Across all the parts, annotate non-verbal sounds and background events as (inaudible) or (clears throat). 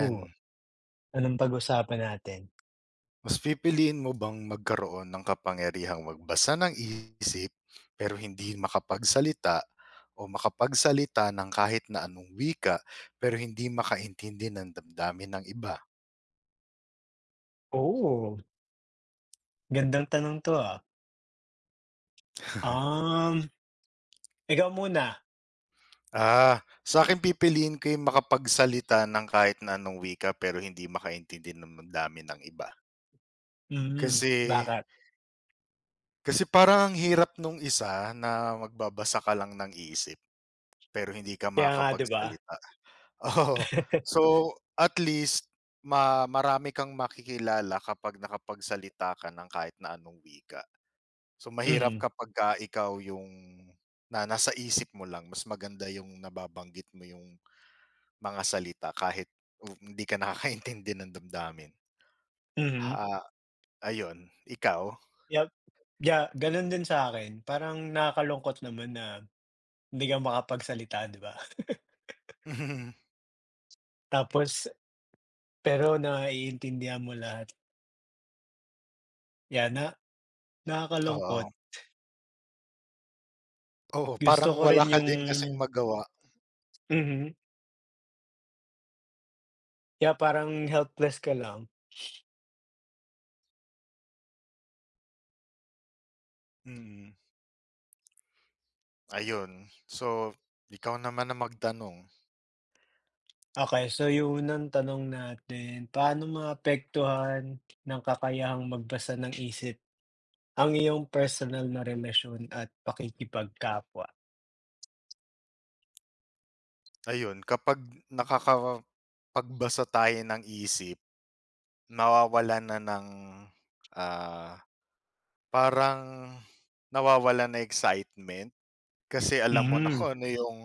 Oh, anong pag-usapan natin? Mas pipiliin mo bang magkaroon ng kapangyarihang magbasa ng isip pero hindi makapagsalita o makapagsalita ng kahit na anong wika pero hindi makaintindi ng damdamin ng iba? Oh, gandang tanong 'to, ah. Um, Ikaw muna. Ah, sa akin pipiliin ko yung makapagsalita ng kahit na anong wika pero hindi makaintindi ng damdamin ng iba. Kasi Bakit? kasi parang ang hirap nung isa na magbabasa ka lang ng isip pero hindi ka Kaya nga 'di ba? makakapagsalita. Oo. So, (laughs) at least marami kang makikilala kapag nakapagsalita ka ng kahit na anong wika. So, mahirap Mhm, kapagka ikaw yung na nasa isip mo lang, mas maganda yung nababanggit mo yung mga salita kahit hindi ka nakakaintindi ng damdamin. mhm. Ha, ayun, ikaw? (laughs) Yup, ya gano'n din sa akin. Parang nakakalungkot naman na hindi ka makapagsalita, 'di ba? (laughs) Mhm. Tapos pero naiintindihan mo lahat. Yeah, na nakakalungkot. Oo. Oo, Gusto parang ko wala rin ka yung din kasing magawa. mhm, yeah, parang helpless ka lang. Mm, Ayun. So, ikaw naman ang magtanong. Okay, so yung unang tanong natin, paano maapektuhan ng kakayahang magbasa ng isip ang iyong personal na relasyon at pakikipagkapwa? Ayun, kapag nakakapagbasa tayo ng isip, nawawalan na ng, ah, parang nawawalan na excitement kasi alam mo na Hmm, kung ano yung,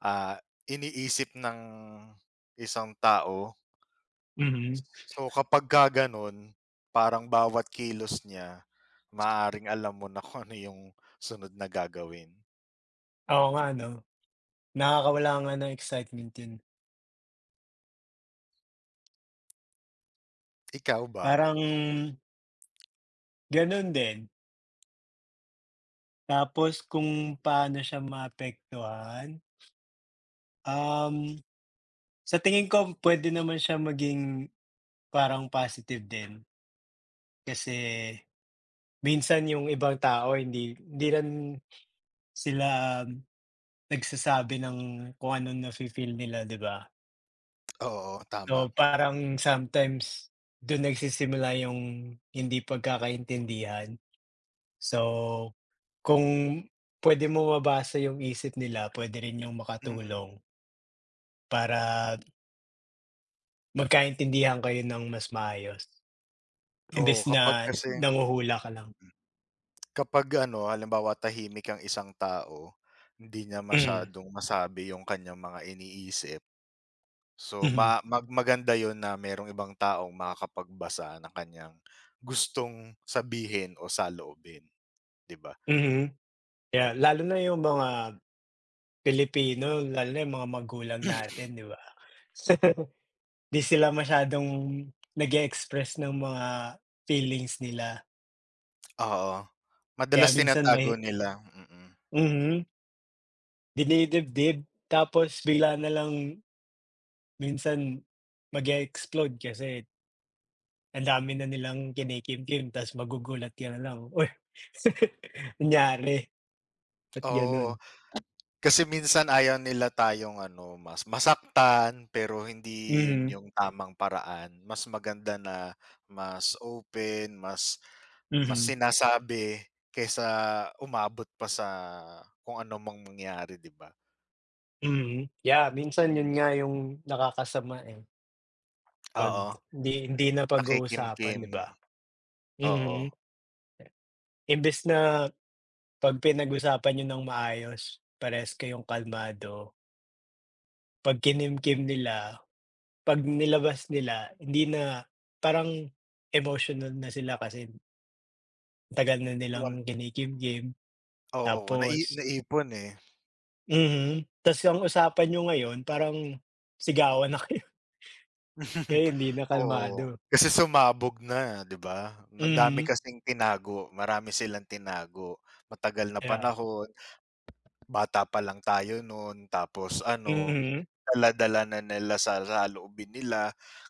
ah, iniisip ng isang tao. mhm. So, kapagka gano'n, parang bawat kilos niya, maaring alam mo na kung ano yung sunod na gagawin. Oo nga 'no, nakakawala nga ng excitement yun. Ikaw ba? Parang ganun din. Tapos kung paano siya maapektuhan, um, sa tingin ko pwede naman siya maging parang positive din. Kasi minsan yung ibang tao hindi hindi rin sila nagsasabi ng kung anong nafi-feel nila, 'di ba? Oo, So, tama. Parang sometimes dun nagsisimula yung hindi pagkakaintindihan. So, kung puwede mo mabasa yung isip nila, puwede rin yung Mm. makatulong para magkaintindihan kayo ng mas maayos Oo, imbes na kapag kasi nanghuhula ka lang. Kapag ano, halimbawa tahimik ang isang tao, hindi niya Mm, masyadong masabi yung kanyang mga iniisip. So ma mhm, mag maganda yun na merong ibang taong makakapagbasa ng kanyang gustong sabihin o saloobin, 'di ba? mhm. Kaya lalo na yung mga Pilipino, lalo na yung mga magulang natin, (clears throat) 'di ba? (laughs) 'Di sila masyadong nag-e-express ng mga feelings nila. Oo, Kaya madalas minsan tinatago may nila, mm. mhm, dinidibdib tapos bigla na lang minsan mag-e-explode kasi ang dami na nilang kinikimkim ta's magugulat ka na lang, "Uy, (laughs) nangyari?" Ba't Oo, gano'n? kasi minsan ayaw nila tayong ano, mas masaktan, pero hindi yun Mhm, yung tamang paraan. Mas maganda na mas open, mas Mas mhm, sinasabi kaysa umabot pa sa kung ano mang mangyari, 'di ba? mhm. Yeah, minsan 'yun Hmm, nga yung nakakasama, eh, 'pag oo, hindi hindi napag-uusapan, nakikimkim, 'di ba? oo. Mhm, imbes na, 'pag pinag-usapan niyo ng maayos, parehas kayong kalmado, 'pag kinimkim nila, 'pag nilabas nila hindi na parang emotional na sila kasi tagal na nilang Luwan kinikimkim Oo, tapos naipon, eh. mhm, ta's ang usapan niyo ngayon parang sigawan na kayo, (laughs) (laughs) kaya hindi na Oo, kalmado. kasi sumabog na, 'di ba? Ang dami Mhm, kasing tinago, marami silang tinago, matagal na yeah. panahon, bata pa lang tayo no'n tapos ano, Mhm, dala-dala na nila sa saloobin nila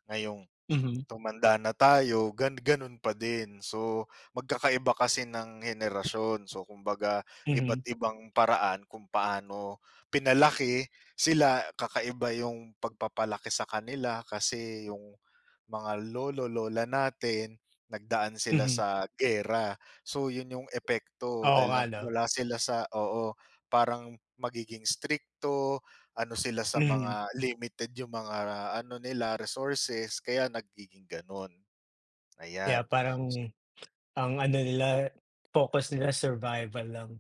ngayong mhm, tumanda na tayo, gano'n pa din. So, magkakaiba kasi ng henerasyon. So, kumbaga mhm, iba't ibang paraan kung paano pinalaki sila. Kakaiba yung pagpapalaki sa kanila kasi yung mga lolo-lola natin nagdaan sila mhm. sa gera. So, yun yung epekto Oo dahil nga 'no? nagmula sila sa, oo, parang magiging stricto ano sila, sa Mhm. mga limited yung mga ano nila, resources kaya nagiging gano'n, Kaya ayan. parang ang ano nila, focus nila survival lang.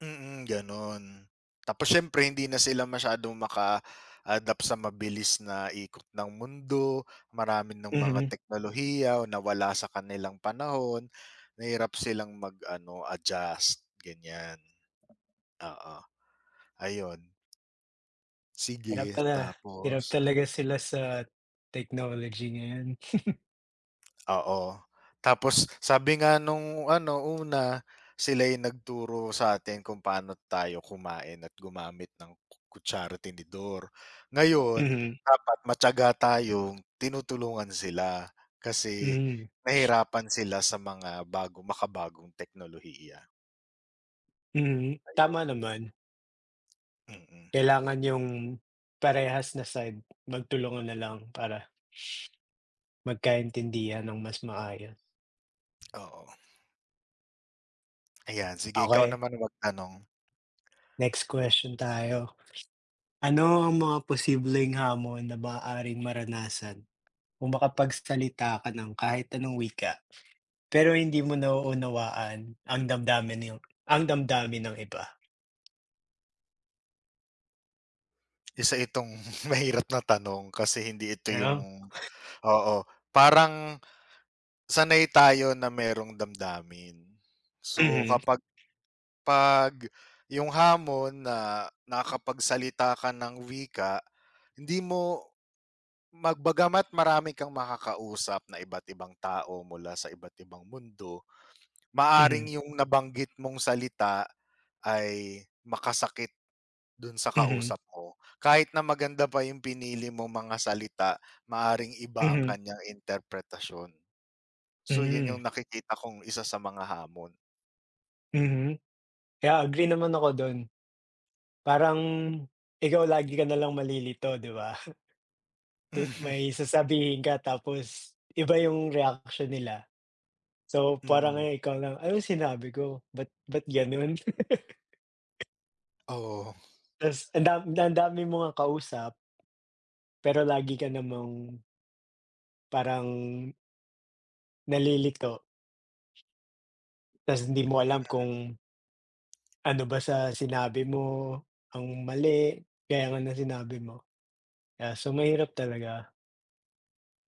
Gano'n. Tapos siyempre hindi na sila masyadong maka-adapt sa mabilis na ikot ng mundo, marami ng mga Mhm. teknolohiya o nawala sa kanilang panahon, nahirap silang mag-ano, adjust, ganyan. Oo, ayun. Hirap Sige, tala tapos? Hirap talaga sila sa technology ngayon. Oo, tapos sabi nga nung ano una, sila yung nagturo sa atin kung paano tayo kumain at gumamit ng kutsara, tinidor. Ngayon, Mhm, dapat matiyaga tayong tinutulungan sila kasi mhm, nahirapan sila sa mga makabagong teknolohiya, mhm, tama ayun. naman. Mm, Kailangan yung parehas na side magtulungan na lang para magkaintindihan ng mas maayos. oo. Ayan, sige ikaw Okay. naman magtanong. Next question tayo. Ano ang mga posibleng hamon na maaaring maranasan kung makapagsalita ka ng kahit anong wika, pero hindi mo nauunawaan ang damdamin ng iba, Isa itong (laughs) mahirap na tanong kasi hindi ito ano? yung, oo, parang sanay tayo na merong damdamin. So, Mhm, kapag 'pag yung hamon na nakakapagsalita ka ng wika, hindi mo bagama't marami kang makakausap na iba't ibang tao mula sa iba't ibang mundo, maaring mhm, yung nabanggit mong salita ay makasakit dun sa mhm. kausap mo. Kahit na maganda pa yung pinili mong mga salita, maaring iba ang Mhm, kanyang interpretasyon. So, yun yung hmm, nakikita kong isa sa mga hamon. mhm. Yeah, agree naman ako don. Parang ikaw lagi ka nalang malilito, 'di ba? (laughs) Mhm. May sasabihin ka tapos iba yung reaction nila. So, parang Mm. ngayon (laughs) ikaw lang, ano sinabi ko? Ba't gano'n?" Oo. Ta's (laughs) ang dami mo ngang kausap, pero lagi ka namang parang nalilito ta's hindi mo alam kung ano ba sa sinabi mo ang mali, kaya nga ng sinabi mo. Yeah, so mahirap talaga.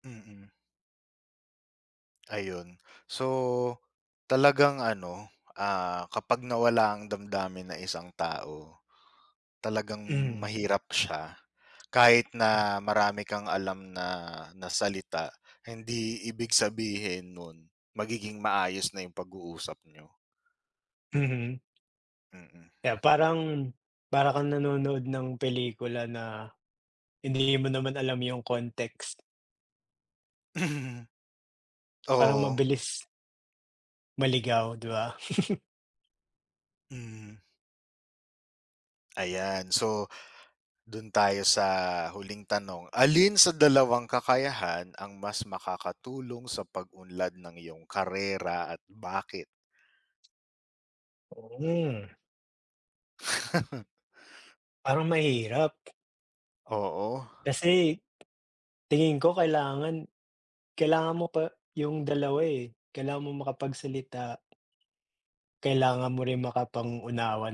Mm, mm. Ayun. So, talagang ano, kapag nawala ang damdamin ng isang tao, talagang Mhm. mahirap siya. Kahit na marami kang alam na na salita, hindi ibig sabihin nun magiging maayos na yung pag-uusap nyo. Mhm. Mm. Mm. Yeah, parang para kang nanonood ng pelikula na hindi mo naman alam yung context. (laughs) Parang Oo. mabilis maligaw, 'di ba? Hmm, Ayan. So, do'n tayo sa huling tanong. Alin sa dalawang kakayahan ang mas makakatulong sa pag-unlad ng iyong karera at bakit? Mm, (laughs) Parang mahirap. Oo, Kasi tingin ko kailangan kailangan mo pa yung dalawa, eh. Kailangan mo makapagsalita, kailangan mo rin makapang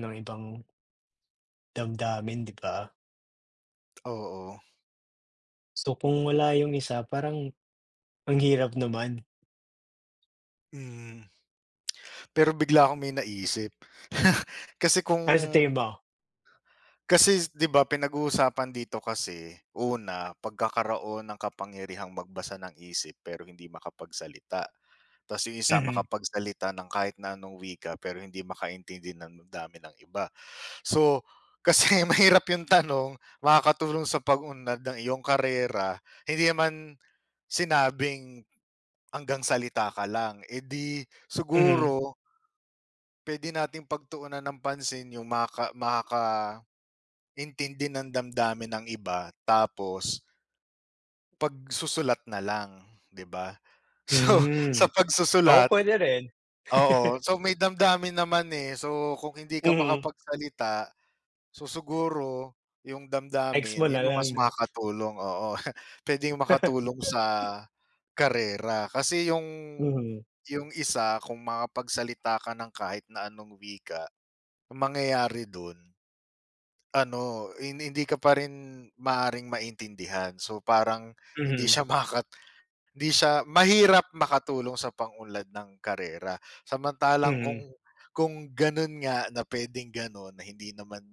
ng ibang damdamin, 'di ba? oo, So, kung wala yung isa parang ang hirap naman. mm. Pero bigla akong may naisip. (laughs) Kasi kung Ano sa tingin mo? kasi 'di ba pinag-uusapan dito kasi, una pagkakaroon ng kapangyarihang magbasa ng isip pero hindi makapagsalita. Tapos yung isa Mhm, makapagsalita ng kahit na anong wika pero hindi makaintindi ng dami ng iba. So, kasi (laughs) mahirap yung tanong, makakatulong sa pag-unlad ng iyong karera, hindi naman sinabing hanggang salita ka lang. Eh, di mhm. siguro pwede nating pagtuunan ng pansin yung makakaintindi ng damdamin ng iba tapos pagsusulat na lang, 'di ba? (laughs) So, Hmm, sa oo, pagsusulat, puwede rin. oo. So, may damdamin naman, eh. So, kung hindi ka Mhm. makapagsalita. So, siguro yung Ex damdamin mo na yun yung lang mas 'no? makakatulong, oo. (laughs) Puwedeng makatulong (laughs) sa karera kasi yung Mhm. yung isa kung makapagsalita ka ng kahit na anong wika, ang mangyayari dun ano, hindi ka pa rin maaaring maintindihan. So, parang hindi Mhm. siya (laughs) hindi siya mahirap makatulong sa pangunlad ng karera. Samantalang Mhm. kung gano'n nga na puwedeng gano'n na hindi naman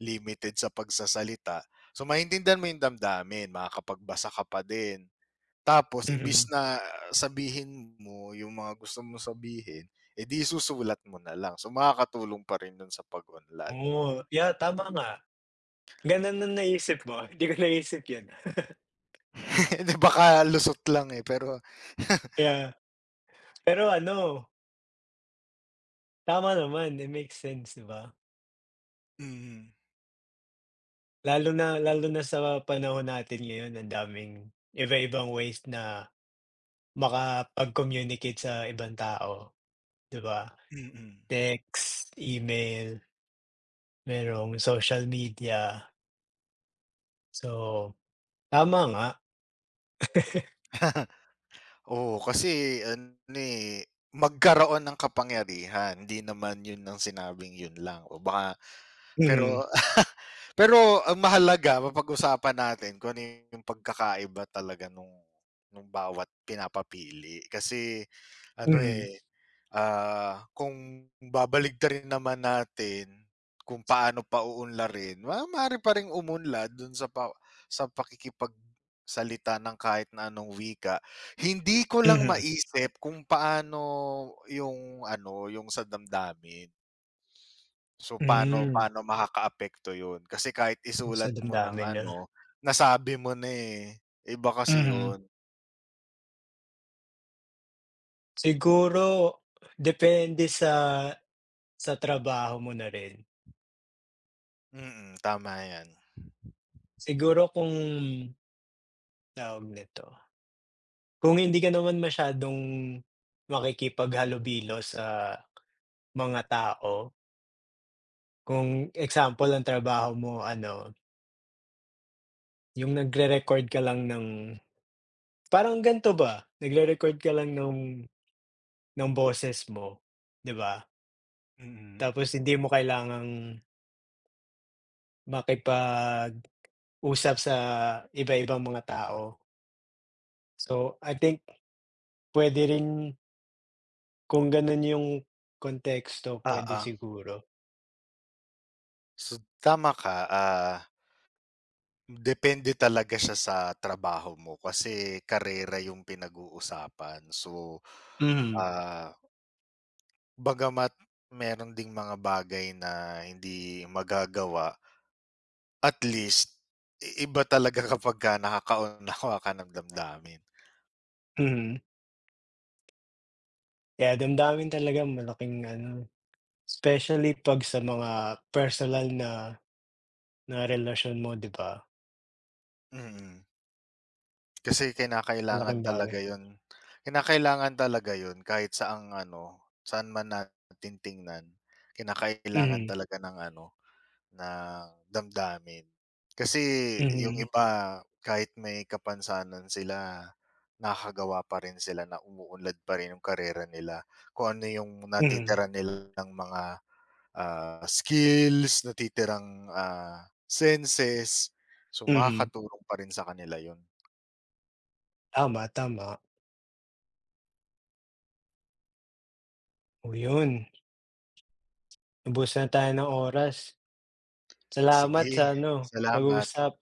limited sa pagsasalita, so maintindihan mo 'yung damdamin, makakapagbasa ka pa din. Tapos imbis Mhm. na sabihin mo 'yung mga gusto mong sabihin, edi susulat mo na lang. So makakatulong pa rin 'yun sa pag-unlad. Oo, yeah, tama nga. Gano'n ang naisip mo, (laughs) hindi ko naisip 'yun. (laughs) 'Di baka lusot lang, eh, pero (laughs) Yeah, pero ano, tama naman, it makes sense, 'di ba? mm, Lalo na sa panahon natin ngayon ang daming iba-ibang ways na makapag-communicate sa ibang tao, 'di ba? mm. Mm. Text, email, merong social media. So, tama nga. (laughs) Oo, kasi ano, eh, magkaroon ng kapangyarihan, hindi naman 'yun ang sinabing 'yun lang o baka Mhm. pero (laughs) pero ang mahalaga mapag-usapan natin kung ano 'yung pagkakaiba talaga nung bawat pinapapili kasi ano, Mhm. eh. Ah, kung babaliktarin naman natin kung paano pa uunlarin, maaari pa ring umunlad dun sa pakikipagsalita ng kahit na anong wika. Hindi ko lang Mhm. maisip kung paano yung ano, yung sa damdamin. So, paano Hmm. paano makakaapekto yun kasi kahit Sa isulat mo ng damdamin 'no? ano, nasabi mo na, eh. Iba kasi Mhm. yun. Siguro depende sa trabaho mo na rin. Mm, tama yan. Siguro kung tawag nito, kung hindi ka naman masyadong makikipaghalubilo sa mga tao, kung example ang trabaho mo ano, yung nagre-record ka lang ng parang ganito ba, nagre-record ka lang ng boses mo, 'di ba? Mm, Tapos hindi mo kailangang makipag usap sa iba-ibang mga tao. So, I think puwede rin kung gano'n yung konteksto pwede oo. siguro. So, tama ka. Depende talaga siya sa trabaho mo kasi karera yung pinag-uusapan. So, Mhm, ah, bagama't meron ding mga bagay na hindi magagawa, at least iba talaga (laughs) kapagka nakakaunawa ka ng damdamin. mhm. Yeah, damdamin talaga malaking ano, especially 'pag sa mga personal na na relasyon mo 'di ba, Mm, kasi malaking bagay. Kinakailangan talaga yun kahit saang ano, saan man natin tingnan, kinakailangan Mhm, talaga ng ano na damdamin. Kasi yung mhm, iba kahit may kapansanan sila, nakakagawa pa rin sila na umuunlad pa rin yung karera nila. Kung ano yung mhm, natitira nilang mga, skills, natitirang, senses. So, mhm. makakatulong pa rin sa kanila yun. Tama, tama. Oh, yun, ubos na tayo ng oras. Salamat Sige, sa ano, salamat. pag-uusap.